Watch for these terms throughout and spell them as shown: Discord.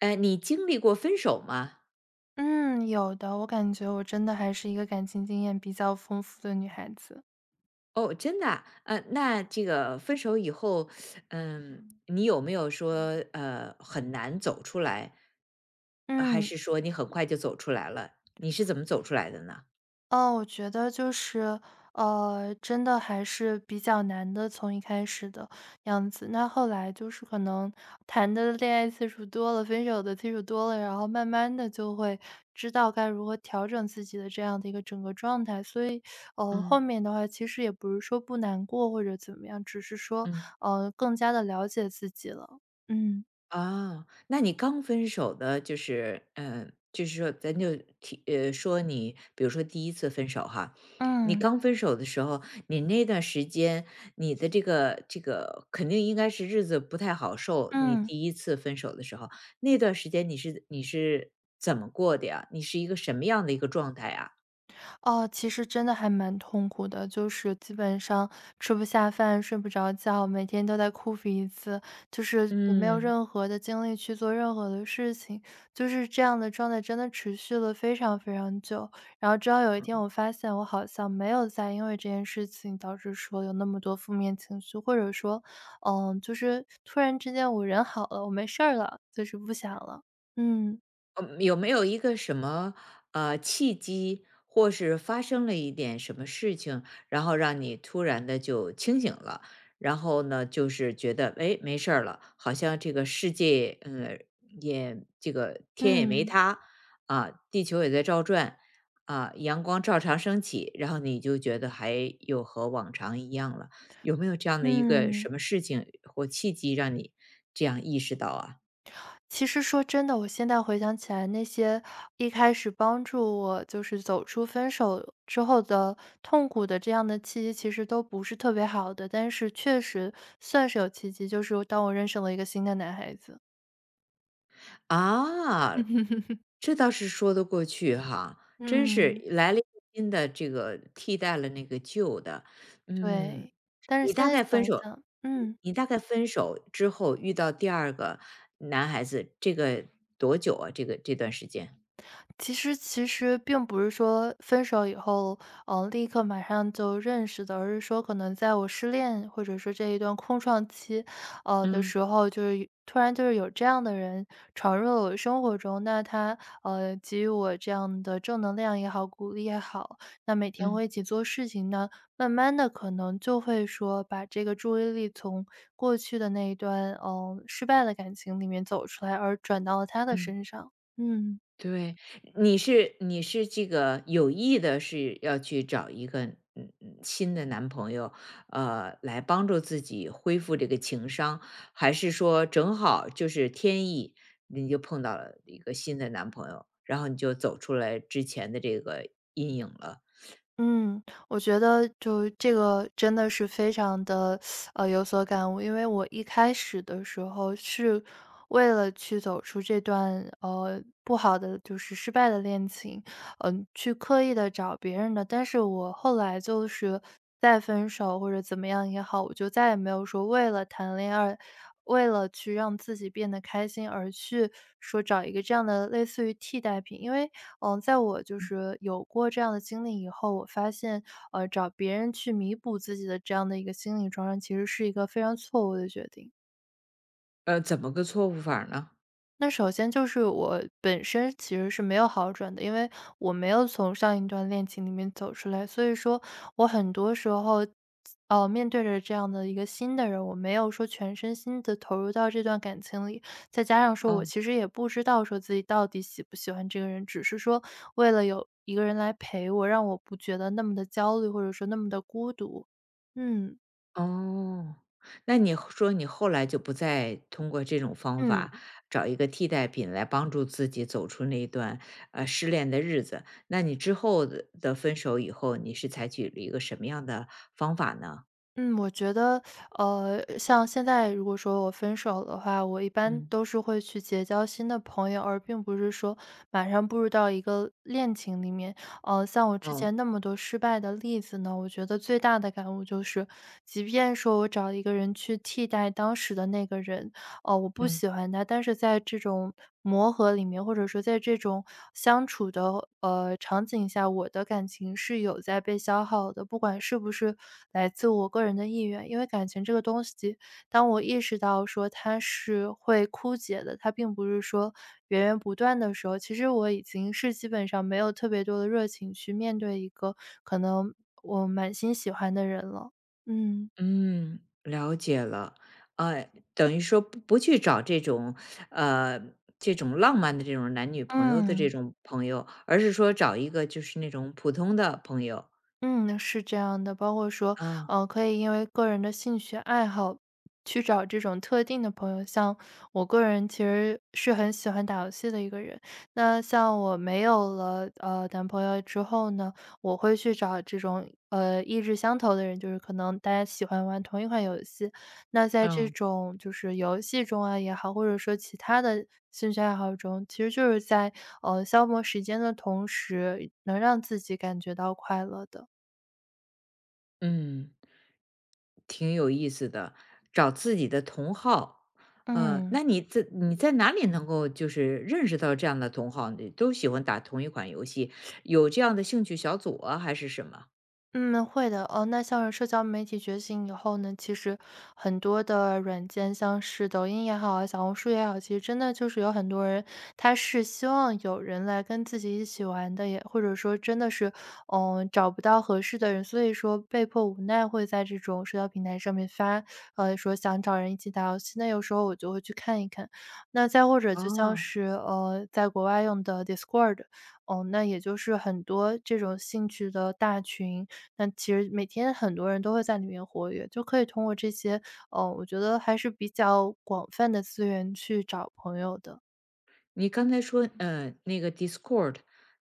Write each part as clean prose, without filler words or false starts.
你经历过分手吗？嗯，有的，我感觉我真的还是一个感情经验比较丰富的女孩子。哦，真的啊那这个分手以后，嗯，你有没有说，很难走出来？还嗯，是说你很快就走出来了？你是怎么走出来的呢？哦，我觉得就是，真的还是比较难的，从一开始的样子，那后来就是可能谈的恋爱次数多了，分手的次数多了，然后慢慢的就会知道该如何调整自己的这样的一个整个状态。所以，后嗯面的话其实也不是说不难过或者怎么样，只是说，嗯。更加的了解自己了。嗯，哦，那你刚分手的，就是，嗯，就是说，咱就提，说你，比如说第一次分手哈，你嗯。刚分手的时候，你那段时间，你的这个肯定应该是日子不太好受。你嗯，第一次分手的时候，那段时间你是怎么过的呀？你是一个什么样的一个状态啊？哦，其实真的还蛮痛苦的，就是基本上吃不下饭、睡不着觉，每天都在哭鼻子，就是也没有嗯任何的精力去做任何的事情，就是这样的状态真的持续了非常非常久。然后直到有一天，我发现我好像没有再因为这件事情导致说有那么多负面情绪，或者说，就是突然之间我人好了，我没事儿了，就是不想了。嗯嗯，有没有一个什么契机，或是发生了一点什么事情，然后让你突然的就清醒了，然后呢，就是觉得哎没事儿了，好像这个世界也这个天也没嗯塌啊，地球也在照转啊，阳光照常升起，然后你就觉得还有和往常一样了，有没有这样的一个什嗯。么事情或契机让你这样意识到啊？其实说真的，我现在回想起来，那些一开始帮助我就是走出分手之后的痛苦的这样的契机，其实都不是特别好的，但是确实算是有契机，就是当我认识了一个新的男孩子。啊，嗯这倒是说得过去哈，真是嗯，来了一个新的这个替代了那个旧的，嗯，对，但你是现大在概分想一手想，嗯。你大概分手之后遇到第二个男孩子，这个多久啊？这个这段时间？其实并不是说分手以后，立刻马上就认识的，而是说可能在我失恋或者说这一段空窗期，的嗯，时候，就是突然就是有这样的人闯入了我的生活中，那他给予我这样的正能量也好，鼓励也好，那每天嗯，会一起做事情呢，慢慢的可能就会说把这个注意力从过去的那一段失败的感情里面走出来，而转到了他的嗯。身上，嗯。对，你是这个有意的是要去找一个新的男朋友，来帮助自己恢复这个情商，还是说正好就是天意，你就碰到了一个新的男朋友，然后你就走出来之前的这个阴影了？嗯，我觉得就这个真的是非常的，有所感悟。因为我一开始的时候是为了去走出这段，不好的就是失败的恋情，去刻意的找别人的。但是我后来就是再分手或者怎么样也好，我就再也没有说为了谈恋爱，为了去让自己变得开心而去说找一个这样的类似于替代品。因为在我就是有过这样的经历以后，我发现，找别人去弥补自己的这样的一个心理创伤，其实是一个非常错误的决定。怎么个错误法呢？那首先就是我本身其实是没有好转的，因为我没有从上一段恋情里面走出来，所以说我很多时候，面对着这样的一个新的人，我没有说全身心的投入到这段感情里。再加上说我呢？其实也不知道说自己到底喜不喜欢这个人，只是说为了有一个人来陪我，让我不觉得那么的焦虑，或者说那么的孤独。嗯。哦，那你后来就不再通过这种方法嗯。找一个替代品来帮助自己走出那一段失恋的日子，那你之后的分手以后，你是采取了一个什么样的方法呢？嗯，我觉得，像现在如果说我分手的话，我一般嗯，都是会去结交新的朋友，而并不是说马上步入到一个恋情里面。像我之哦，前那么多失败的例子呢，我觉得最大的感悟就是，即便说我找一个人去替代当时的那个人，哦，我不嗯喜欢他，但是在这种磨合里面，或者说在这种相处的场景下，我的感情是有在被消耗的，不管是不是来自我个人的意愿，因为感情这个东西，当我意识到说它是会枯竭的，它并不是说源源不断的时候，其实我已经是基本上没有特别多的热情去面对一个可能我满心喜欢的人了，嗯。嗯，了解了。等于说不去找这种呃这种浪漫的这种男女朋友的这嗯，种朋友，而是说找一个就是那种普通的朋友嗯，是这样的，包括说，啊，可以因为个人的兴趣爱好去找这种特定的朋友。像我个人其实是很喜欢打游戏的一个人，那像我没有了男朋友之后呢，我会去找这种意志相投的人，就是可能大家喜欢玩同一款游戏。那在这嗯种就是游戏中啊也好，或者说其他的兴趣爱好中，其实就是在消磨时间的同时，能让自己感觉到快乐的。嗯。挺有意思的，找自己的同好。嗯。那你在哪里能够就是认识到这样的同好？你都喜欢打同一款游戏，有这样的兴趣小组啊，还是什么？嗯，会的。哦，那像是社交媒体觉醒以后呢，其实很多的软件，像是抖音也好啊，小红书也好，其实真的就是有很多人，他是希望有人来跟自己一起玩的，也或者说真的是，找不到合适的人，所以说被迫无奈会在这种社交平台上面发，说想找人一起打游戏。那有时候我就会去看一看。那再或者就像哦，是在国外用的 Discord,哦，那也就是很多这种兴趣的大群。那其实每天很多人都会在里面活跃，就可以通过这些，我觉得还是比较广泛的资源去找朋友的。你刚才说，那个 Discord，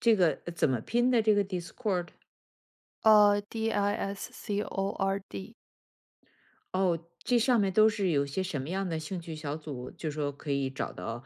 这个怎么拼的？这个 Discord，DISCORD。哦，这上面都是有些什么样的兴趣小组？就说可以找到，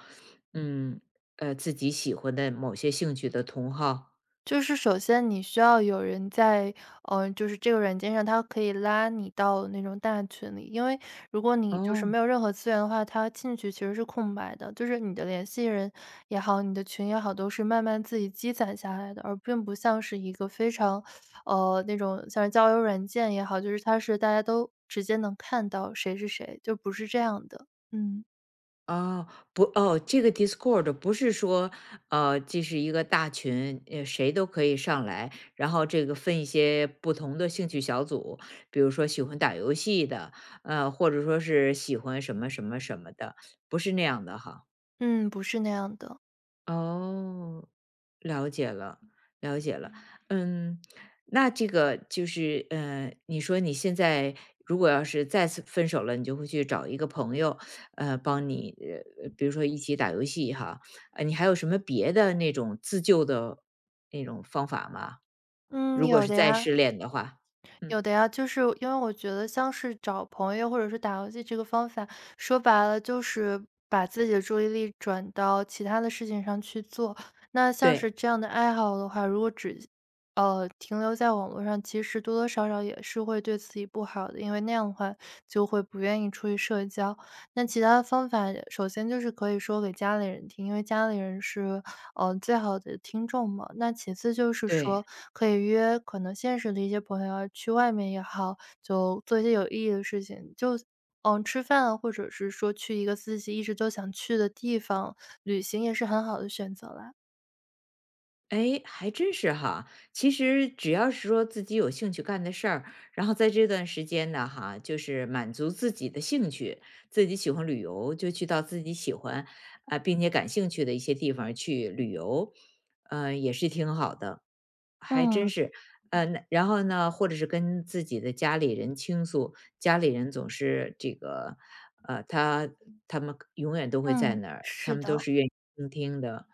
嗯，自己喜欢的某些兴趣的同好。就是首先你需要有人在，就是这个软件上，它可以拉你到那种大群里。因为如果你就是没哦，有任何资源的话，它进去其实是空白的，就是你的联系人也好，你的群也好，都是慢慢自己积攒下来的，而并不像是一个非常，那种像是交友软件也好，就是它是大家都直接能看到谁是谁，就不是这样的。嗯，哦，不，哦，这个 Discord 不是说，这是一个大群，谁都可以上来，然后这个分一些不同的兴趣小组，比如说喜欢打游戏的，或者说是喜欢什么什么什么的，不是那样的哈。嗯，不是那样的。哦，了解了，了解了。嗯，那这个就是，你说你现在如果要是再次分手了，你就会去找一个朋友，帮你，比如说一起打游戏哈，你还有什么别的那种自救的那种方法吗？嗯，如果有是的再呀。失恋的话，嗯，有的呀，就是因为我觉得像是找朋友或者是打游戏这个方法，说白了就是把自己的注意力转到其他的事情上去做。那像是对这样的爱好的话，如果只停留在网络上，其实多多少少也是会对自己不好的，因为那样的话就会不愿意出去社交。那其他的方法，首先就是可以说给家里人听，因为家里人是，最好的听众嘛。那其次就是对。说，可以约可能现实的一些朋友啊，去外面也好，就做一些有意义的事情，就吃饭啊，或者是说去一个自己一直都想去的地方，旅行也是很好的选择啦。哎，还真是哈。其实只要是说自己有兴趣干的事儿，然后在这段时间呢，哈，就是满足自己的兴趣，自己喜欢旅游，就去到自己喜欢啊、并且感兴趣的一些地方去旅游，也是挺好的。还嗯，真是，那然后呢，或者是跟自己的家里人倾诉，家里人总是这个，呃，他他们永远都会在嗯，那儿，他是们都的，是愿意倾听的。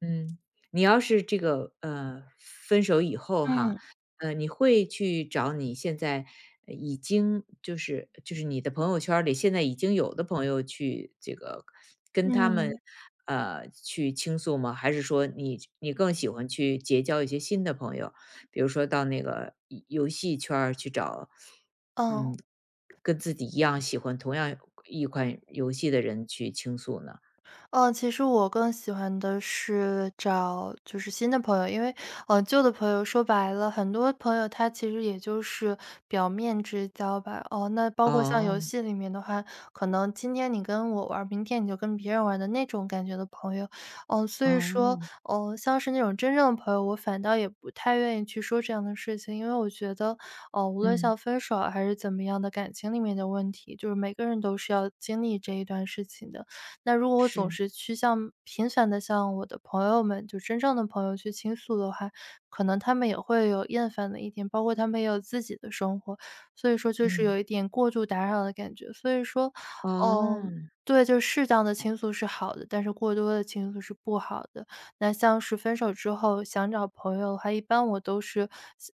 嗯，你要是这个，分手以后哈，嗯，你会去找你现在已经就是你的朋友圈儿里现在已经有的朋友去这个跟他们，嗯，去倾诉吗？还是说你更喜欢去结交一些新的朋友，比如说到那个游戏圈儿去找，嗯。嗯，跟自己一样喜欢同样一款游戏的人去倾诉呢？嗯，其实我更喜欢的是找就是新的朋友，因为，旧的朋友说白了，很多朋友他其实也就是表面之交吧。哦，那包括像游哦，戏里面的话，可能今天你跟我玩儿明天你就跟别人玩的那种感觉的朋友。所以说，哦，像是那种真正的朋友，我反倒也不太愿意去说这样的事情，因为我觉得，哦，无论嗯。像分手啊还是怎么样的感情里面的问题，就是每个人都是要经历这一段事情的。那如果我总是，是去向频繁的向我的朋友们，就真正的朋友去倾诉的话，可能他们也会有厌烦的一天，包括他们也有自己的生活，所以说就是嗯。有一点过度打扰的感觉。所以说，嗯，哦，对，就适当的倾诉是好的，但是过多的倾诉是不好的。那像是分手之后想找朋友的话，一般我都是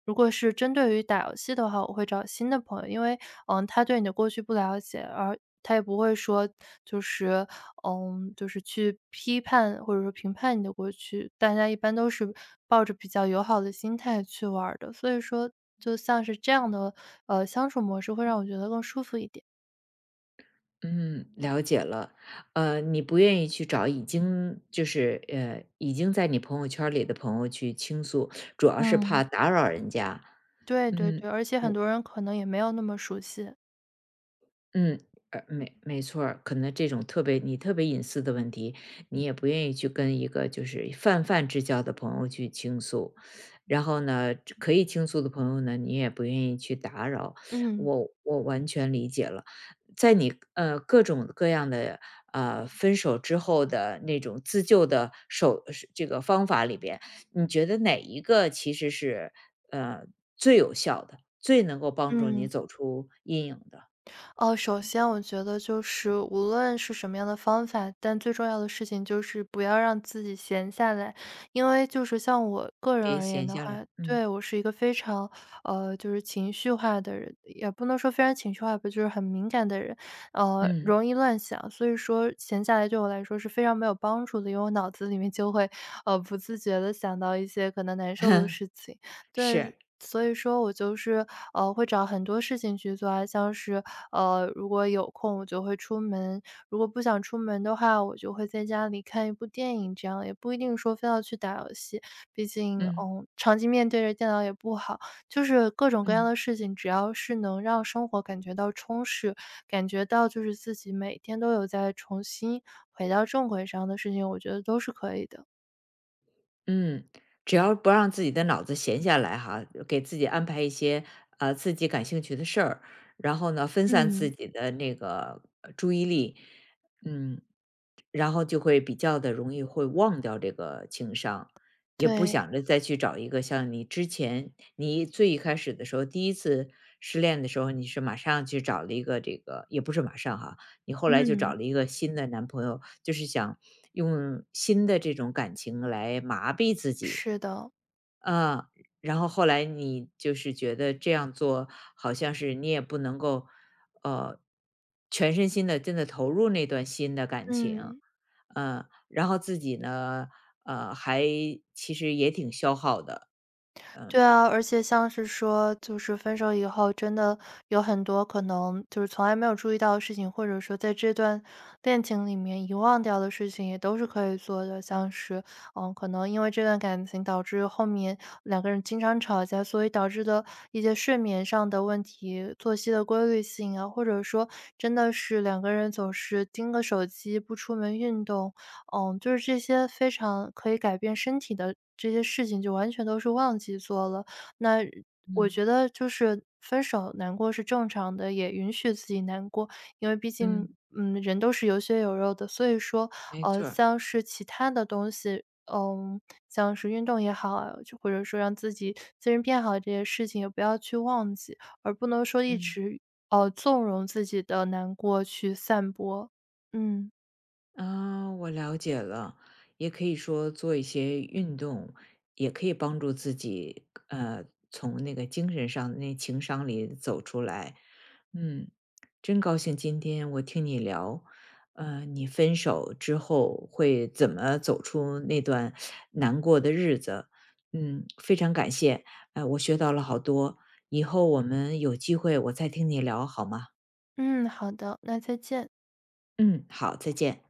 如果是针对于打游戏的话，我会找新的朋友，因为，他对你的过去不了解，而他也不会说就是就是去批判或者说评判你的过去，大家一般都是抱着比较友好的心态去玩儿的。所以说就像是这样的，相处模式会让我觉得更舒服一点。嗯，了解了。你不愿意去找已经就是已经在你朋友圈儿里的朋友去倾诉，主要是嗯，怕打扰人家。对对嗯，对，而且很我多人可能也没有那么熟悉。嗯，没没错儿可能这种特别你特别隐私的问题，你也不愿意去跟一个就是泛泛之交的朋友去倾诉，然后呢，可以倾诉的朋友呢，你也不愿意去打扰，嗯，我完全理解了。在你各种各样的分手之后的那种自救的手是这个方法里边，你觉得哪一个其实是呃最有效的，最能够帮助你嗯。走出阴影的？哦，首先我觉得就是无论是什么样的方法，但最重要的事情就是不要让自己闲下来。因为就是像我个人别而言闲的下话，来，嗯。对，我是一个非常，就是情绪化的人，也不能说非常情绪化吧，就是很敏感的人，嗯，容易乱想。所以说闲下来对我来说是非常没有帮助的，因为我脑子里面就会，不自觉的想到一些可能难受的 事情。对，是，所以说我就是，会找很多事情去做啊，像是如果有空我就会出门，如果不想出门的话，我就会在家里看一部电影，这样也不一定说非要去打游戏。毕竟，嗯长期面对着电脑也不好。就是各种各样嗯。的事情，只要是能让生活感觉到充实，感觉到就是自己每天都有在重新回到正轨上的事情，我觉得都是可以的。嗯，只要不让自己的脑子闲下来哈，给自己安排一些，自己感兴趣的事儿，然后呢，分散自嗯，己的那个，注意力，嗯，然后就会比较的容易会忘掉这个情商，也不对，想着再去找一个像你之前你最一开始的时候，第一次失恋的时候，你是马上去找了一个这个也不是马上哈，你后来就嗯，找了一个新的男朋友，就是想用新的这种感情来麻痹自己。是的，啊，然后后来你就是觉得这样做好像是你也不能够，呃，全身心的真的投入那段新的感情。嗯。嗯。然后自己呢，呃，还其实也挺消耗的。对啊，而且像是说，就是分手以后，真的有很多可能就是从来没有注意到的事情，或者说在这段恋情里面遗忘掉的事情，也都是可以做的。像是，可能因为这段感情导致后面两个人经常吵架，所以导致的一些睡眠上的问题、作息的规律性啊，或者说真的是两个人总是盯个手机不出门运动，就是这些非常可以改变身体的这些事情，就完全都是忘记做了。那我嗯觉得就是分手难过是正常的，也允许自己难过，因为毕嗯，竟，人都是有血有肉的。所以说，没错儿，像是其他的东西，嗯，像是运动也好啊，就或者说让自己精神变好这些事情，也不要去忘记，而不能说一嗯。直，纵容自己的难过去散播。嗯。啊，我了解了。也可以说做一些运动，也可以帮助自己，从那个精神上、那情商里走出来。嗯，真高兴今天我听你聊，你分手之后会怎么走出那段难过的日子。嗯，非常感谢，我学到了好多，以后我们有机会我再听你聊好吗？嗯，好的，那再见。嗯，好，再见。